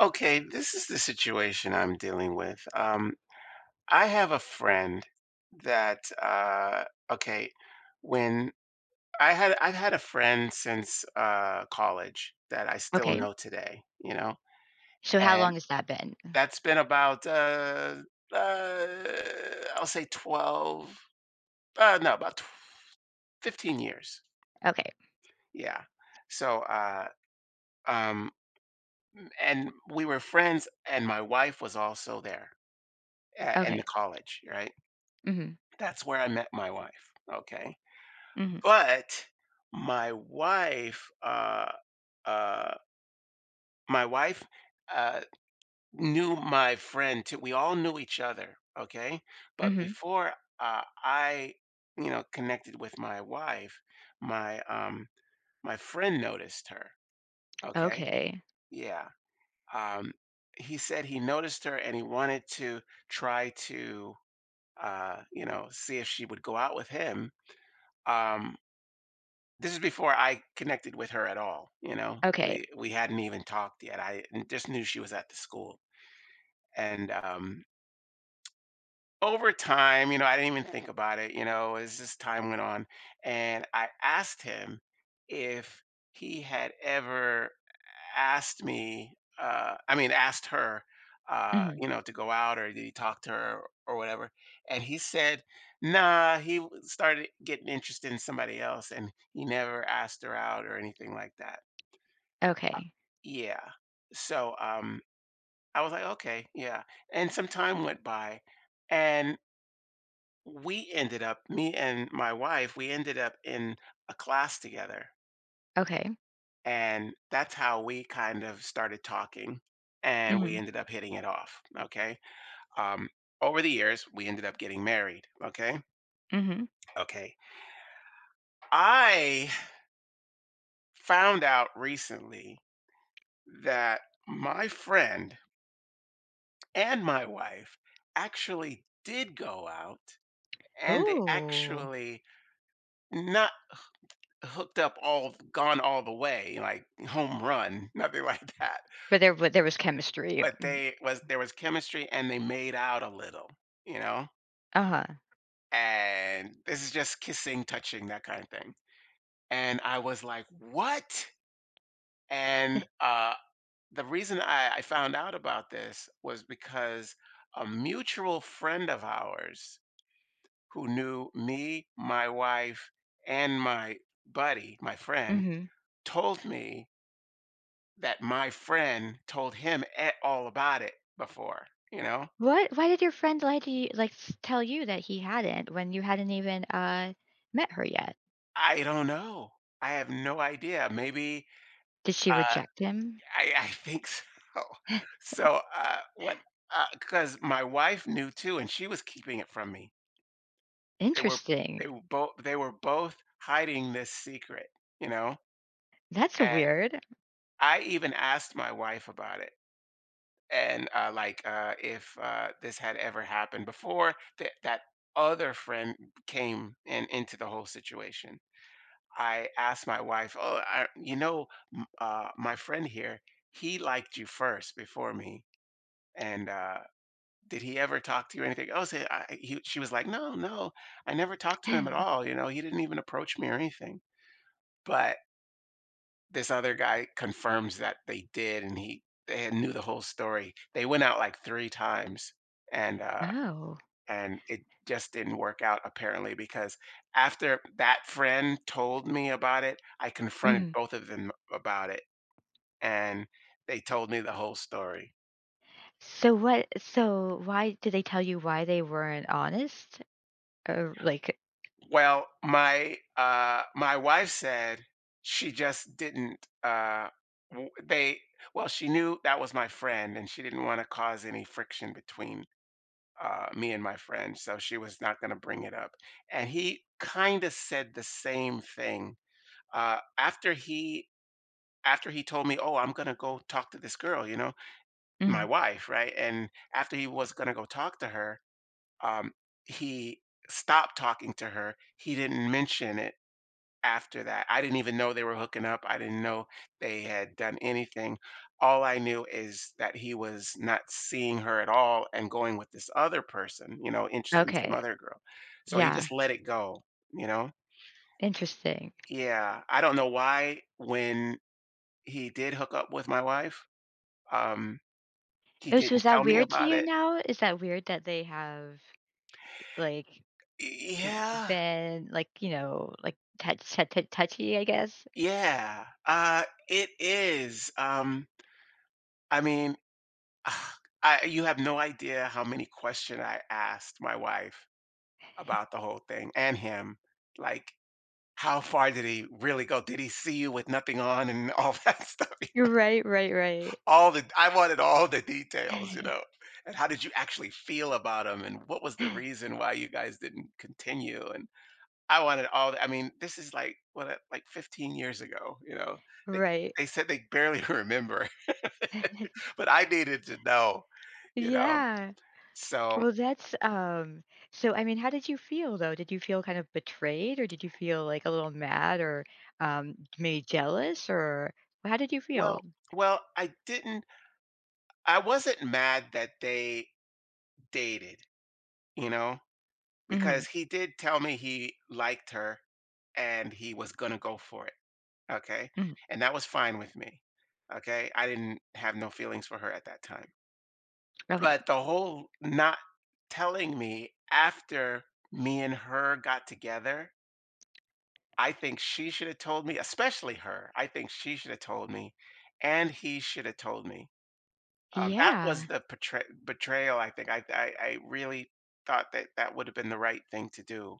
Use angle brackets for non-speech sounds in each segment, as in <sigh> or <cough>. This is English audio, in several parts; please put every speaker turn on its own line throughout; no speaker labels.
Okay, this is the situation I'm dealing with. I have a friend that okay, when I've had a friend since college that I still
Okay.
know today, you know,
So how
and
long has that been?
that's been about uh, I'll say 12, no, about 15 years.
Okay.
Yeah, so uh, um, and we were friends, and my wife was also there in the
Okay.
college, right?
Mhm.
That's where I met my wife, okay?
Mhm.
But my uh, wife, uh, knew my friend too. We all knew each other, okay? But
Mhm.
before, I, you know, connected with my wife, my um, my friend noticed her, okay?
Okay.
Yeah. Um, he said he noticed her and he wanted to try to, you know, see if she would go out with him. Um, This is before I connected with her at all, you know?
Okay.
We hadn't even talked yet, I n just knew she was at the school, and, over time, you know, I didn't even think about it, you know, as this time went on, and I asked him if he had ever asked me, I mean, asked her,
Mhm.
you know, to go out or did he talk to her or whatever, and he said, "Nah, he w started getting interested in somebody else, and he never asked her out or anything like that."
Okay.
Yeah. So, I was like, "Okay, yeah." And some time went by, and we ended up me and my wife, we ended up in a class together,
Okay.
and that's how we kind of started talking, and we
Mhm.
ended up hitting it off, okay? Um, over the years, we ended up getting married, okay?
Mhm.
Okay. I found out recently that my friend and my wife actually did go out and they
Ooh.
actually not hooked up all gone all the way, like home run, <laughs> nothing like that.
But there was chemistry.
But
Mm.
they was there was chemistry and they made out a little, you know?
Uh-huh.
And this is just kissing, touching, that kind of thing. And I was like, what? And the reason I found out about this was because a mutual friend of ours who knew me, my wife, and my buddy, my friend,
Mhm.
told me that my friend told him a all about it before, you know?
What, why did your friend lie to you, like tell you that he hadn't when you hadn't even met her yet?
I don't know. I have no idea. Maybe,
Did she
uh,
reject him?
I think so.
<sighs>
<laughs>
<laughs>
So, what Because my wife knew too, and she was keeping it from me. They were
Interesting.
they were both hiding this secret, you know?
That's
And
weird. <sighs>
I even asked my wife about it. And if this had ever happened before that other friend came and into the whole situation. I asked my wife, you know, my friend here, he liked you first before me, and did he ever talk to you or anything? She was like, no, no, I never talked to him at
<laughs>
all, you know, he didn't even approach me or anything. But this other guy confirms that they did, and he they had knew the whole story. They went out like 3 times, and, uh,
Oh.
and it just didn't work out apparently because after that friend told me about it, I confronted
Mhm.
both of them about it, and they told me the whole story.
So what, so why did they tell you why they weren't honest? Oh, like
Well, my wife said she just didn't, w they well, she knew that was my friend, and she didn't wanna cause any friction between me and my friend, so she was not going to bring it up. And he kind of said the same thing uh, after he after he told me, "Oh, I'm going to go talk to this girl," you know, my
mhm,
wife, right? And after he was going to go talk to her, um, he stopped talking to her. He didn't mention it after that. I didn't even know they were hooking up. I didn't know they had done anything. All I knew is that he was not seeing her at all and going with this other person, you know, interested in some
okay.
other girl. So he
Yeah,
just let it go, you know?
interesting.
Yeah. I don't know why when he did hook up with my wife, um, he
Oh, so
didn't
is that
tell me
weird to
about
you
it.
now? Is that weird that they have, like,
Yeah.
been, like, you know, like, touchy, I guess?
Yeah. It is. I mean, Ah, I You have no idea how many question I asked my wife about the whole thing and him. Like, how far did he really go? Did he see you with nothing on and all <laughs> that stuff?
You're Right, right, right.
All the I wanted all the details, you know.
<laughs>
And how did you actually feel about him? And what was the reason why you guys didn't continue? And I wanted all the, I mean, this is like what like 15 years ago, you know. They
Right.
they said they barely <laughs> remember,
<laughs>
<laughs> but I needed to know, you know.
Yeah.
So,
Well, that's, so, I mean, how did you feel, though? Did you feel kind of betrayed, or did you feel, like, a little mad, or, maybe jealous, or how did you feel?
well well, I wasn't mad that they dated, you know,
Mhm,
because he did tell me he liked her and he was gonna go for it, okay?
mhm,
And that was fine with me, okay? I didn't have no feelings for her at that time.
okay.
But the whole not telling me after me and her got together, I think she should have told me, especially her. I think she should have told me, and he should have told me. That
Yeah.
was the portray betrayal, I think. I really thought that that would have been the right thing to do.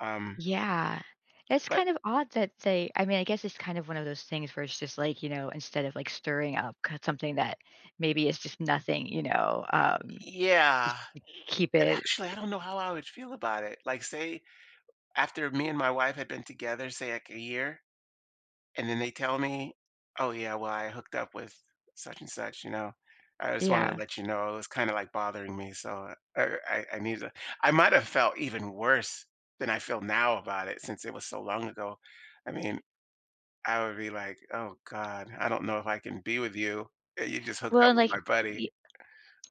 Um,
Yeah. It's
but
kind of odd that they I mean, I guess it's kind of one of those things where it's just like, you know, instead of like stirring up something that maybe is just nothing, you know,
yeah,
keep
and
it.
actually, I don't know how I would feel about it. Like, say, after me and my wife had been together, say, like a year, and then they tell me, "Oh yeah, well, I hooked up with such and such," you know. I just wanted to
Yeah.
let you know it was kind of like bothering me, so I needed. I might have felt even worse than I feel now about it since it was so long ago. I mean, I would be like, "Oh god, I don't know if I can be with you. You just hooked
Well,
up
and
with
like,
my buddy."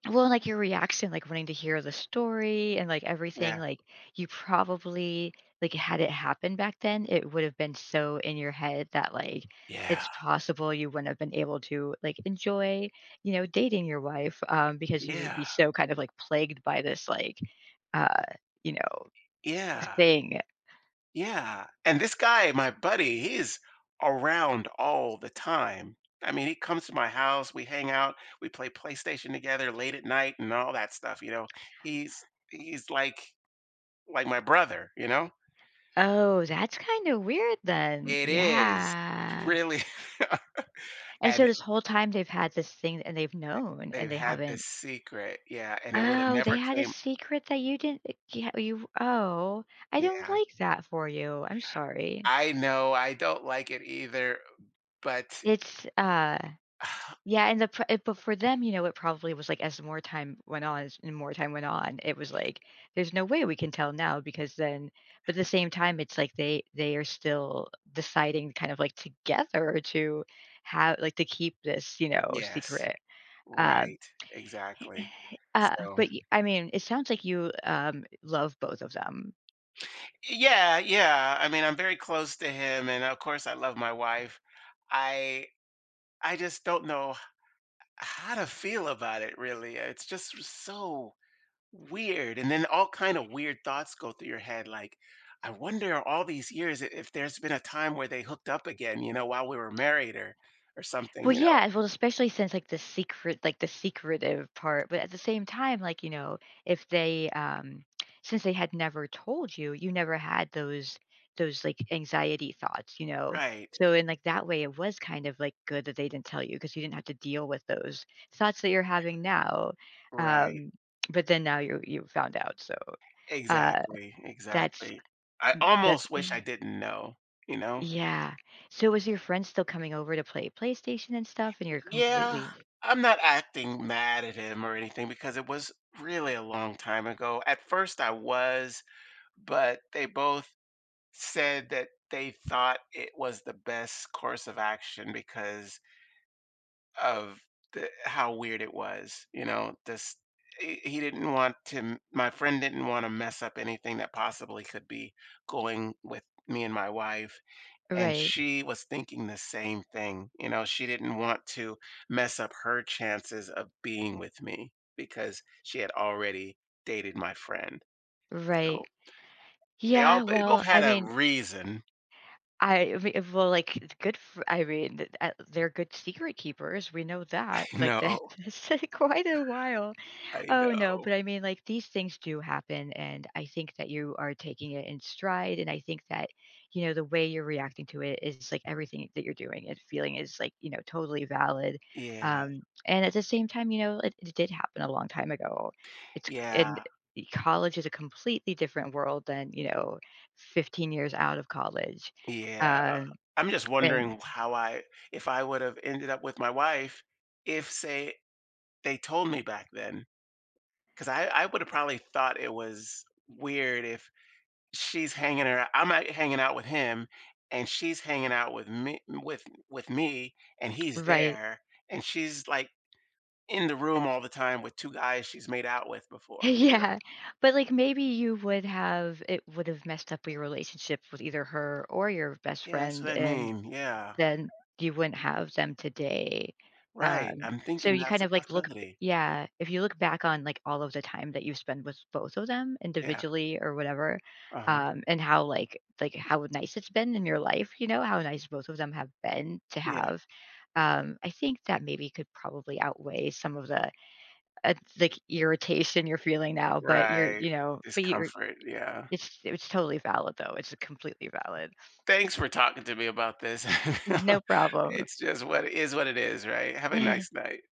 Well, like your reaction, like wanting to hear the story and like everything,
Yeah.
like you probably like, had it happened back then, it would have been so in your head that like
Yeah.
it's possible you wouldn't have been able to like enjoy, you know, dating your wife, because you would
Yeah.
be so kind of like plagued by this like uh, you know,
Yeah.
thing.
Yeah. And this guy, my buddy, he's around all the time. I mean, he comes to my house, we hang out, we play PlayStation together late at night and all that stuff, you know. He's he's like my brother, you know?
Oh, that's kind of weird then.
It is. It's
Yeah.
really <laughs>
And
and
so this whole time they've had this thing and they've known
they've
and they
had this
haven't
secret. Yeah, and it would have
Oh, they
never
had a
came.
secret that you didn't yeah, you oh, I don't
Yeah.
like that for you. I'm sorry.
I know I don't like it either, but
It's,
<sighs>
yeah, and the but for them, you know, it probably was like, as more time went on, as and more time went on, it was like, "There's no way we can tell now because then." But at the same time, it's like they are still deciding, kind of, like, together to to keep this, you know,
yes,
secret. Um,
right, exactly.
<sighs>
So,
but y I mean, it sounds like you, love both of them.
yeah, yeah, I mean, I'm very close to him, and of course, I love my wife. I I just don't know how to feel about it really. It's just so weird, and then all kind of weird thoughts go through your head, like, I wonder all these years if there's been a time where they hooked up again, you know, while we were married or something,
Well,
you know.
yeah, well, especially since like the secret, like the secretive part, but at the same time, like, you know, if they, since they had never told you, you never had those like anxiety thoughts, you know?
Right,
So, in like that way, it was kind of like good that they didn't tell you because you didn't have to deal with those thoughts that you're having now.
right.
Um, but then now you found out. So, uh,
Exactly,
that's,
exactly. I
mm, that's,
almost wish I
eh,
didn't know, you know?
yeah. So, was your friend still coming over to play PlayStation and stuff and you're
Yeah,
completely,
I'm not acting mad at him or anything because it was really a long time ago. At first, I was, but they both said that they thought it was the best course of action because of the, how weird it was. You know, this he didn't want to, my friend didn't want to mess up anything that possibly could be going with me and my wife. And
right?
she was thinking the same thing. You know, she didn't want to mess up her chances of being with me because she had already dated my friend.
Right.
So
Yeah,
they both
well, I
had a
mean,
reason.
I mean, well, like, it's good for they're good secret keepers. We know that.
<laughs> I
Like, that
know.
<laughs> that's like, quite a while.
I
Oh, no,
know.
but I mean, like, these things do happen, and I think that you are taking it in stride, and I think that, you know, the way you're reacting to it is, like, everything that you're doing and feeling is, like, you know, totally valid,
Yeah.
and at the same time, you know, it did happen a long time ago. It's and
Yeah.
E college is a completely different world than, you know, 15 years out of college,
Yeah.
uh,
I'm just
and
wondering how I if I would have ended up with my wife if say they told me back then because I would have probably thought it was weird if she's hanging out. I'm out hanging out with him, and she's hanging out with me, and he's
right.
there, and she's, like, in the room all the time with 2 guys she's made out with
<laughs>
before. Yeah.
Yeah, but, like, maybe you would have, it would have messed up your relationship with either her or your best
Yeah, that's
friend,
what I
and
mean, yeah.
then you wouldn't have them today.
Right,
Um,
I'm
so
thinking
you
that's
kind
a
of, like, look
possibility.
yeah, if you look back on, like, all of the time that you've spent with both of them
Yeah,
individually or whatever,
uh-huh,
and how, like how nice it's been in your life, you know, how nice both of them have been to
yeah.
have, I think that maybe could probably outweigh some of the, it's like irritation you're feeling now, but you're,
Right,
you know, but you're,
discomfort, yeah.
it's totally valid though. It's completely valid.
Thanks for talking to me about this. <laughs>
No problem.
It's just what it is, right? Have a nice
<laughs>
night.